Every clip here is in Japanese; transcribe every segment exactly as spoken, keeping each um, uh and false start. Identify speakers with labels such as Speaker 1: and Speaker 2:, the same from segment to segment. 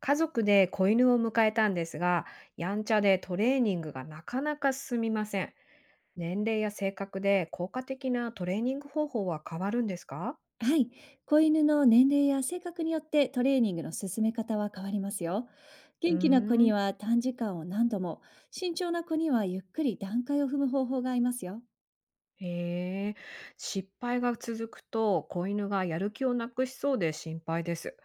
Speaker 1: 家族で子犬を迎えたんですが、やんちゃでトレーニングがなかなか進みません。年齢や性格で効果的なトレーニング方法は変わるんですか？
Speaker 2: はい。子犬の年齢や性格によってトレーニングの進め方は変わりますよ。
Speaker 1: うー
Speaker 2: 元気な子に
Speaker 1: ん。
Speaker 2: は短時間を何度も、慎重な子にはゆっくり段階を踏む方法がありますよ。
Speaker 1: へえ。失敗が続くと子犬がやる気をなくしそうで心配です。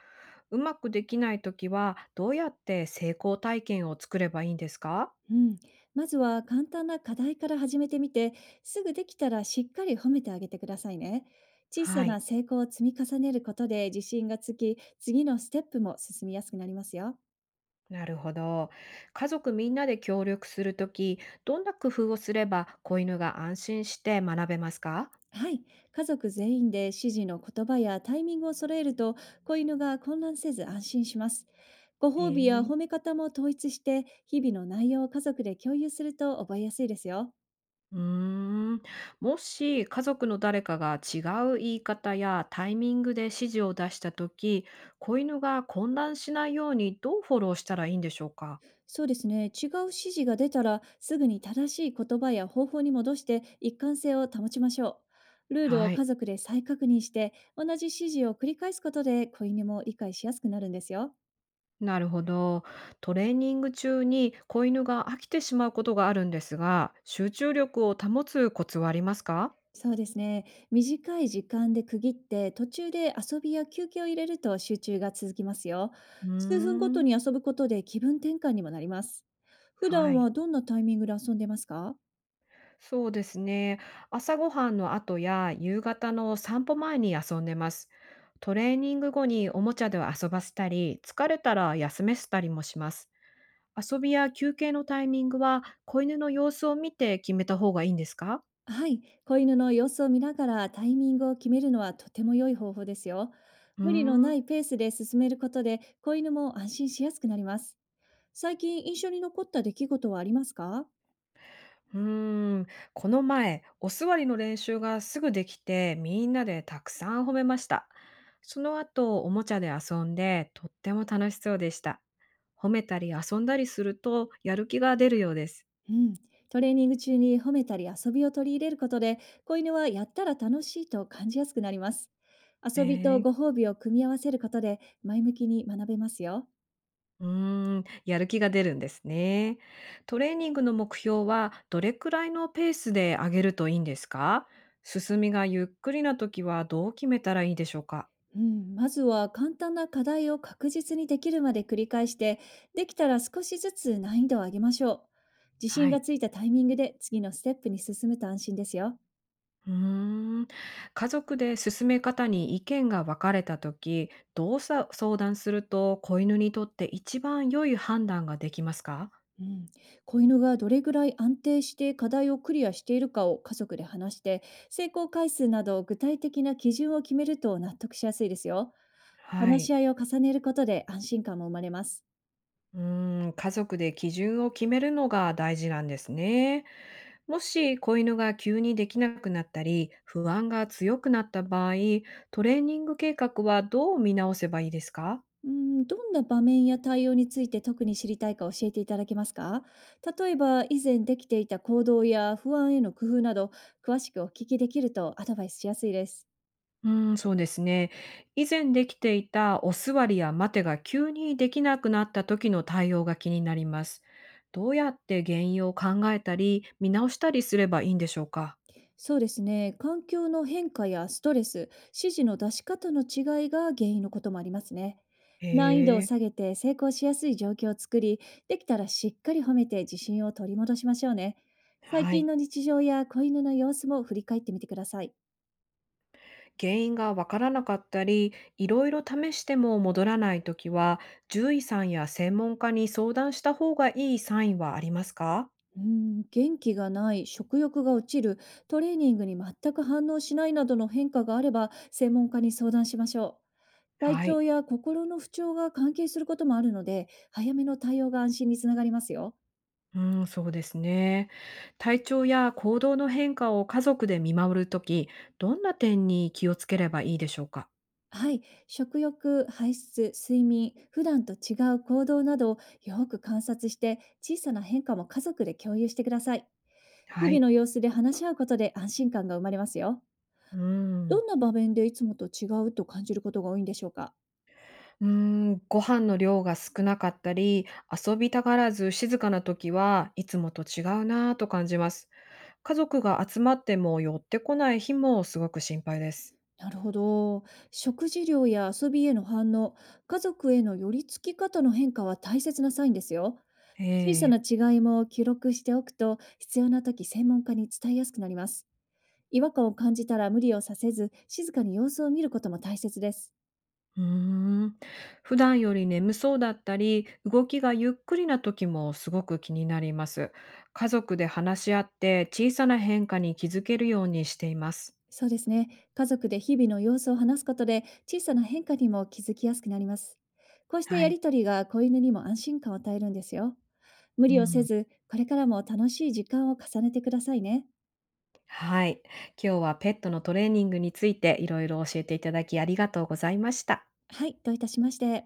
Speaker 1: うまくできないときはどうやって成功体験を作ればいいんですか？
Speaker 2: うん。まずは簡単な課題から始めてみて、すぐできたらしっかり褒めてあげてくださいね。小さ
Speaker 1: はい。
Speaker 2: な成功を積み重ねることで自信がつき、次のステップも進みやすくなりますよ。
Speaker 1: なるほど。家族みんなで協力するとき、どんな工夫をすれば子犬が安心して学べますか？
Speaker 2: はい。家族全員で指示の言葉やタイミングを揃えると、子犬が混乱せず安心します。ご
Speaker 1: え
Speaker 2: 褒美や
Speaker 1: え。
Speaker 2: 褒め方も統一して、日々の内容を家族で共有すると覚えやすいですよ。
Speaker 1: うーん。もし家族の誰かが違う言い方やタイミングで指示を出したとき、子犬が混乱しないようにどうフォローしたらいいんでしょうか？
Speaker 2: そうですね。違う指示が出たら、すぐに正しい言葉や方法に戻して、一貫性を保ちましょう。ルールを
Speaker 1: はい。
Speaker 2: 家族で再確認して、同じ指示を繰り返すことで、子犬も理解しやすくなるんですよ。
Speaker 1: なるほど。トレーニング中に子犬が飽きてしまうことがあるんですが、集中力を保つコツはありますか？
Speaker 2: そうですね。短い時間で区切って、途中で遊びや休憩を入れると集中が続きますよ。
Speaker 1: うー
Speaker 2: 数分ごと
Speaker 1: ん。
Speaker 2: に遊ぶことで気分転換にもなります。普
Speaker 1: は
Speaker 2: 段
Speaker 1: い。
Speaker 2: はどんなタイミングで遊んでますか？
Speaker 1: そうですね。朝ごはんの後や夕方の散歩前に遊んでます。トレーニング後におもちゃで遊ばせたり、疲れたら休めせたりもします。遊びや休憩のタイミングは子犬の様子を見て決めた方がいいんですか？
Speaker 2: はい。子犬の様子を見ながらタイミングを決めるのはとても良い方法ですよ。
Speaker 1: うー
Speaker 2: 無理のな
Speaker 1: ん。
Speaker 2: いペースで進めることで、子犬も安心しやすくなります。最近印象に残った出来事はありますか？
Speaker 1: うーん、この前、お座りの練習がすぐできて、みんなでたくさん褒めました。その後、おもちゃで遊んで、とっても楽しそうでした。褒めたり遊んだりすると、やる気が出るようです。
Speaker 2: うん、トレーニング中に褒めたり遊びを取り入れることで、子犬はやったら楽しいと感じやすくなります。
Speaker 1: へ
Speaker 2: 遊びと
Speaker 1: え、
Speaker 2: ご褒美を組み合わせることで前向きに学べますよ。
Speaker 1: うーん、やる気が出るんですね。トレーニングの目標は、どれくらいのペースで上げるといいんですか？進みがゆっくりな時は、どう決めたらいいでしょうか？
Speaker 2: うん、まずは簡単な課題を確実にできるまで繰り返して、できたら少しずつ難易度を上げましょう。自信
Speaker 1: は
Speaker 2: が
Speaker 1: い。
Speaker 2: ついたタイミングで次のステップに進むと安心ですよ。
Speaker 1: うーん。家族で進め方に意見が分かれた時、どうさ相談すると子犬にとって一番良い判断ができますか？
Speaker 2: うん、子犬がどれぐらい安定して課題をクリアしているかを家族で話して、成功回数など具体的な基準を決めると納得しやすいですよ。
Speaker 1: は
Speaker 2: 話し
Speaker 1: い。
Speaker 2: 合いを重ねることで安心感も生まれます。
Speaker 1: うーん、家族で基準を決めるのが大事なんですね。もし子犬が急にできなくなったり、不安が強くなった場合、トレーニング計画はどう見直せばいいですか？
Speaker 2: うん、どんな場面や対応について特に知りたいか教えていただけますか？例えば以前できていた行動や不安への工夫など、詳しくお聞きできるとアドバイスしやすいです。
Speaker 1: うん、そうですね。以前できていたお座りや待てが急にできなくなった時の対応が気になります。どうやって原因を考えたり、見直したりすればいいんでしょうか？
Speaker 2: そうですね。環境の変化やストレス、指示の出し方の違いが原因のこともありますね。
Speaker 1: へ
Speaker 2: 難易度を
Speaker 1: え。
Speaker 2: 下げて成功しやすい状況を作り、できたらしっかり褒めて自信を取り戻しましょうね。最
Speaker 1: は
Speaker 2: 近
Speaker 1: い。
Speaker 2: の日常や子犬の様子も振り返ってみてください。
Speaker 1: 原因がわからなかったり、いろいろ試しても戻らない時は、獣医さんや専門家に相談した方がいいサインはありますか？
Speaker 2: うん、元気がない、食欲が落ちる、トレーニングに全く反応しないなどの変化があれば、専門家に相談しましょう。体
Speaker 1: は
Speaker 2: 調
Speaker 1: い。
Speaker 2: や心の不調が関係することもあるので、早めの対応が安心につながりますよ。
Speaker 1: うん、そうですね。体調や行動の変化を家族で見守るとき、どんな点に気をつければいいでしょうか？
Speaker 2: はい、食欲、排出、睡眠、普段と違う行動などをよく観察して、小さな変化も家族で共有してください。日
Speaker 1: は
Speaker 2: 々
Speaker 1: い。
Speaker 2: の様子で話し合うことで安心感が生まれますよ。
Speaker 1: うん。
Speaker 2: どんな場面でいつもと違うと感じることが多いんでしょうか？
Speaker 1: うん、ご飯の量が少なかったり、遊びたがらず静かなときはいつもと違うなぁと感じます。家族が集まっても寄ってこない日もすごく心配です。
Speaker 2: なるほど。食事量や遊びへの反応、家族への寄り付き方の変化は大切なサインですよ。小さ
Speaker 1: え
Speaker 2: な
Speaker 1: え
Speaker 2: 違いも記録しておくと、必要な時専門家に伝えやすくなります。違和感を感じたら無理をさせず、静かに様子を見ることも大切です。
Speaker 1: うーん。普段より眠そうだったり、動きがゆっくりな時もすごく気になります。家族で話し合って小さな変化に気づけるようにしています。
Speaker 2: そうですね。家族で日々の様子を話すことで、小さな変化にも気づきやすくなります。こうした
Speaker 1: は
Speaker 2: や
Speaker 1: い。
Speaker 2: りとりが子犬にも安心感を与えるんですよ。無
Speaker 1: う
Speaker 2: 理をせ
Speaker 1: ん。
Speaker 2: ず、これからも楽しい時間を重ねてくださいね。
Speaker 1: はい。今日はペットのトレーニングについていろいろ教えていただきありがとうございました。
Speaker 2: はい、どういたしまして。